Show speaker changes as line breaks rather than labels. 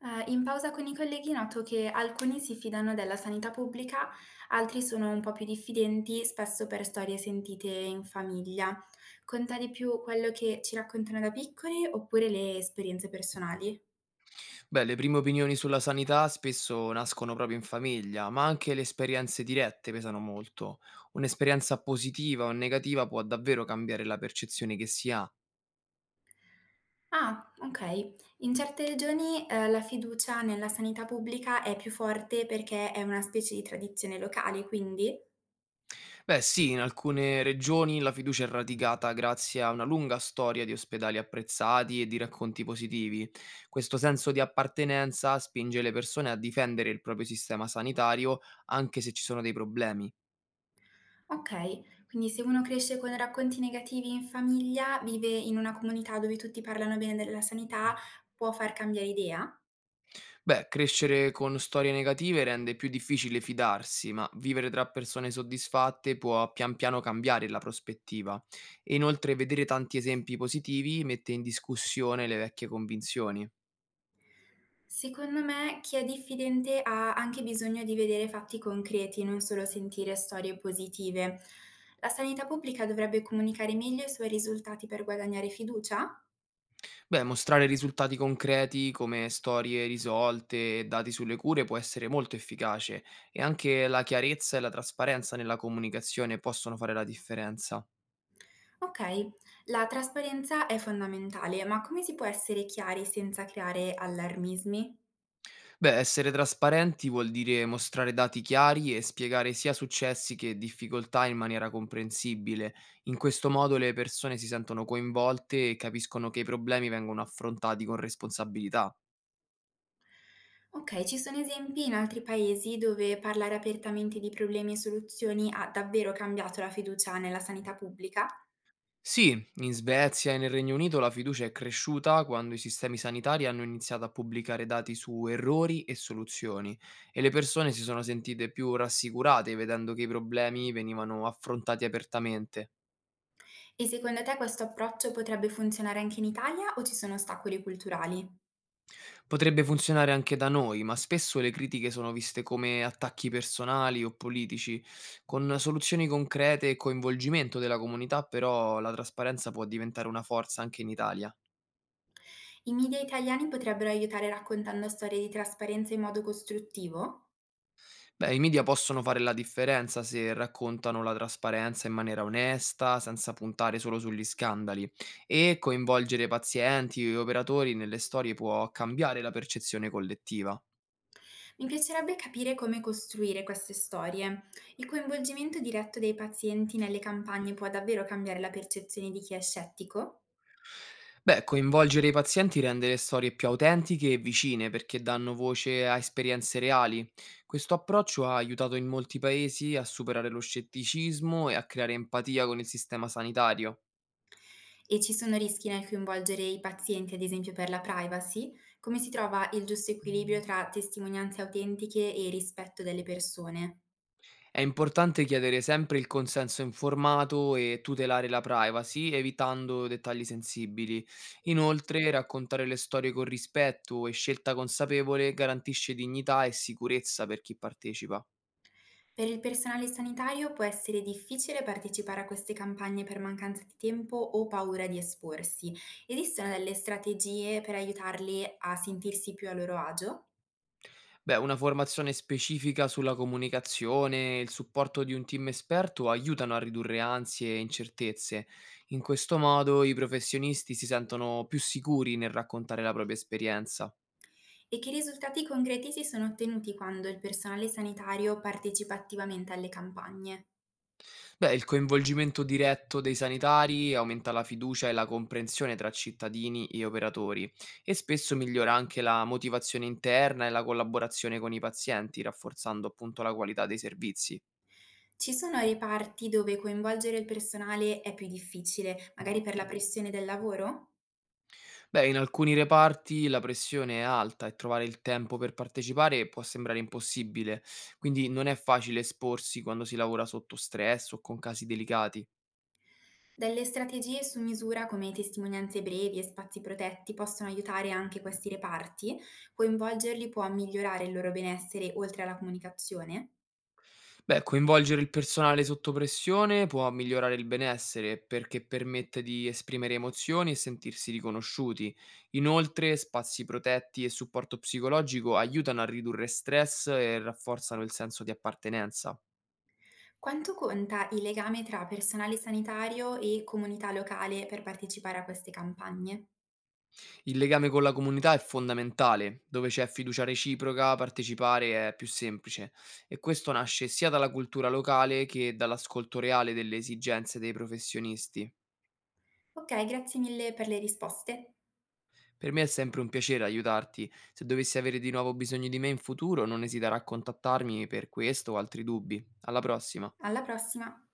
In pausa con i colleghi noto che alcuni si fidano della sanità pubblica, altri sono un po' più diffidenti, spesso per storie sentite in famiglia. Conta di più quello che ci raccontano da piccoli oppure le esperienze personali?
Beh, le prime opinioni sulla sanità spesso nascono proprio in famiglia, ma anche le esperienze dirette pesano molto. Un'esperienza positiva o negativa può davvero cambiare la percezione che si ha.
Ah, ok. In certe regioni, la fiducia nella sanità pubblica è più forte perché è una specie di tradizione locale, quindi?
Beh, sì, in alcune regioni la fiducia è radicata grazie a una lunga storia di ospedali apprezzati e di racconti positivi. Questo senso di appartenenza spinge le persone a difendere il proprio sistema sanitario anche se ci sono dei problemi.
Okay, quindi se uno cresce con racconti negativi in famiglia, vive in una comunità dove tutti parlano bene della sanità, può far cambiare idea?
Beh, crescere con storie negative rende più difficile fidarsi, ma vivere tra persone soddisfatte può pian piano cambiare la prospettiva. E inoltre vedere tanti esempi positivi mette in discussione le vecchie convinzioni.
Secondo me chi è diffidente ha anche bisogno di vedere fatti concreti, non solo sentire storie positive. La sanità pubblica dovrebbe comunicare meglio i suoi risultati per guadagnare fiducia?
Beh, mostrare risultati concreti come storie risolte e dati sulle cure può essere molto efficace e anche la chiarezza e la trasparenza nella comunicazione possono fare la differenza.
Ok, la trasparenza è fondamentale, ma come si può essere chiari senza creare allarmismi?
Beh, essere trasparenti vuol dire mostrare dati chiari e spiegare sia successi che difficoltà in maniera comprensibile. In questo modo le persone si sentono coinvolte e capiscono che i problemi vengono affrontati con responsabilità.
Okay, ci sono esempi in altri paesi dove parlare apertamente di problemi e soluzioni ha davvero cambiato la fiducia nella sanità pubblica?
Sì, in Svezia e nel Regno Unito la fiducia è cresciuta quando i sistemi sanitari hanno iniziato a pubblicare dati su errori e soluzioni e le persone si sono sentite più rassicurate vedendo che i problemi venivano affrontati apertamente.
E secondo te questo approccio potrebbe funzionare anche in Italia o ci sono ostacoli culturali?
Potrebbe funzionare anche da noi, ma spesso le critiche sono viste come attacchi personali o politici. Con soluzioni concrete e coinvolgimento della comunità, però, la trasparenza può diventare una forza anche in Italia.
I media italiani potrebbero aiutare raccontando storie di trasparenza in modo costruttivo?
Beh, i media possono fare la differenza se raccontano la trasparenza in maniera onesta, senza puntare solo sugli scandali, e coinvolgere pazienti e operatori nelle storie può cambiare la percezione collettiva.
Mi piacerebbe capire come costruire queste storie. Il coinvolgimento diretto dei pazienti nelle campagne può davvero cambiare la percezione di chi è scettico?
Beh, coinvolgere i pazienti rende le storie più autentiche e vicine perché danno voce a esperienze reali. Questo approccio ha aiutato in molti paesi a superare lo scetticismo e a creare empatia con il sistema sanitario.
E ci sono rischi nel coinvolgere i pazienti, ad esempio per la privacy? Come si trova il giusto equilibrio tra testimonianze autentiche e rispetto delle persone?
È importante chiedere sempre il consenso informato e tutelare la privacy, evitando dettagli sensibili. Inoltre, raccontare le storie con rispetto e scelta consapevole garantisce dignità e sicurezza per chi partecipa.
Per il personale sanitario può essere difficile partecipare a queste campagne per mancanza di tempo o paura di esporsi. Esistono delle strategie per aiutarli a sentirsi più a loro agio?
Beh, una formazione specifica sulla comunicazione e il supporto di un team esperto aiutano a ridurre ansie e incertezze. In questo modo i professionisti si sentono più sicuri nel raccontare la propria esperienza.
E che risultati concreti si sono ottenuti quando il personale sanitario partecipa attivamente alle campagne?
Beh, il coinvolgimento diretto dei sanitari aumenta la fiducia e la comprensione tra cittadini e operatori e spesso migliora anche la motivazione interna e la collaborazione con i pazienti, rafforzando appunto la qualità dei servizi.
Ci sono reparti dove coinvolgere il personale è più difficile, magari per la pressione del lavoro?
Beh, in alcuni reparti la pressione è alta e trovare il tempo per partecipare può sembrare impossibile, quindi non è facile esporsi quando si lavora sotto stress o con casi delicati.
Delle strategie su misura come testimonianze brevi e spazi protetti possono aiutare anche questi reparti? Coinvolgerli può migliorare il loro benessere oltre alla comunicazione?
Beh, coinvolgere il personale sotto pressione può migliorare il benessere perché permette di esprimere emozioni e sentirsi riconosciuti. Inoltre, spazi protetti e supporto psicologico aiutano a ridurre stress e rafforzano il senso di appartenenza.
Quanto conta il legame tra personale sanitario e comunità locale per partecipare a queste campagne?
Il legame con la comunità è fondamentale, dove c'è fiducia reciproca, partecipare è più semplice e questo nasce sia dalla cultura locale che dall'ascolto reale delle esigenze dei professionisti.
Ok, grazie mille per le risposte.
Per me è sempre un piacere aiutarti, se dovessi avere di nuovo bisogno di me in futuro non esitare a contattarmi per questo o altri dubbi. Alla prossima!
Alla prossima!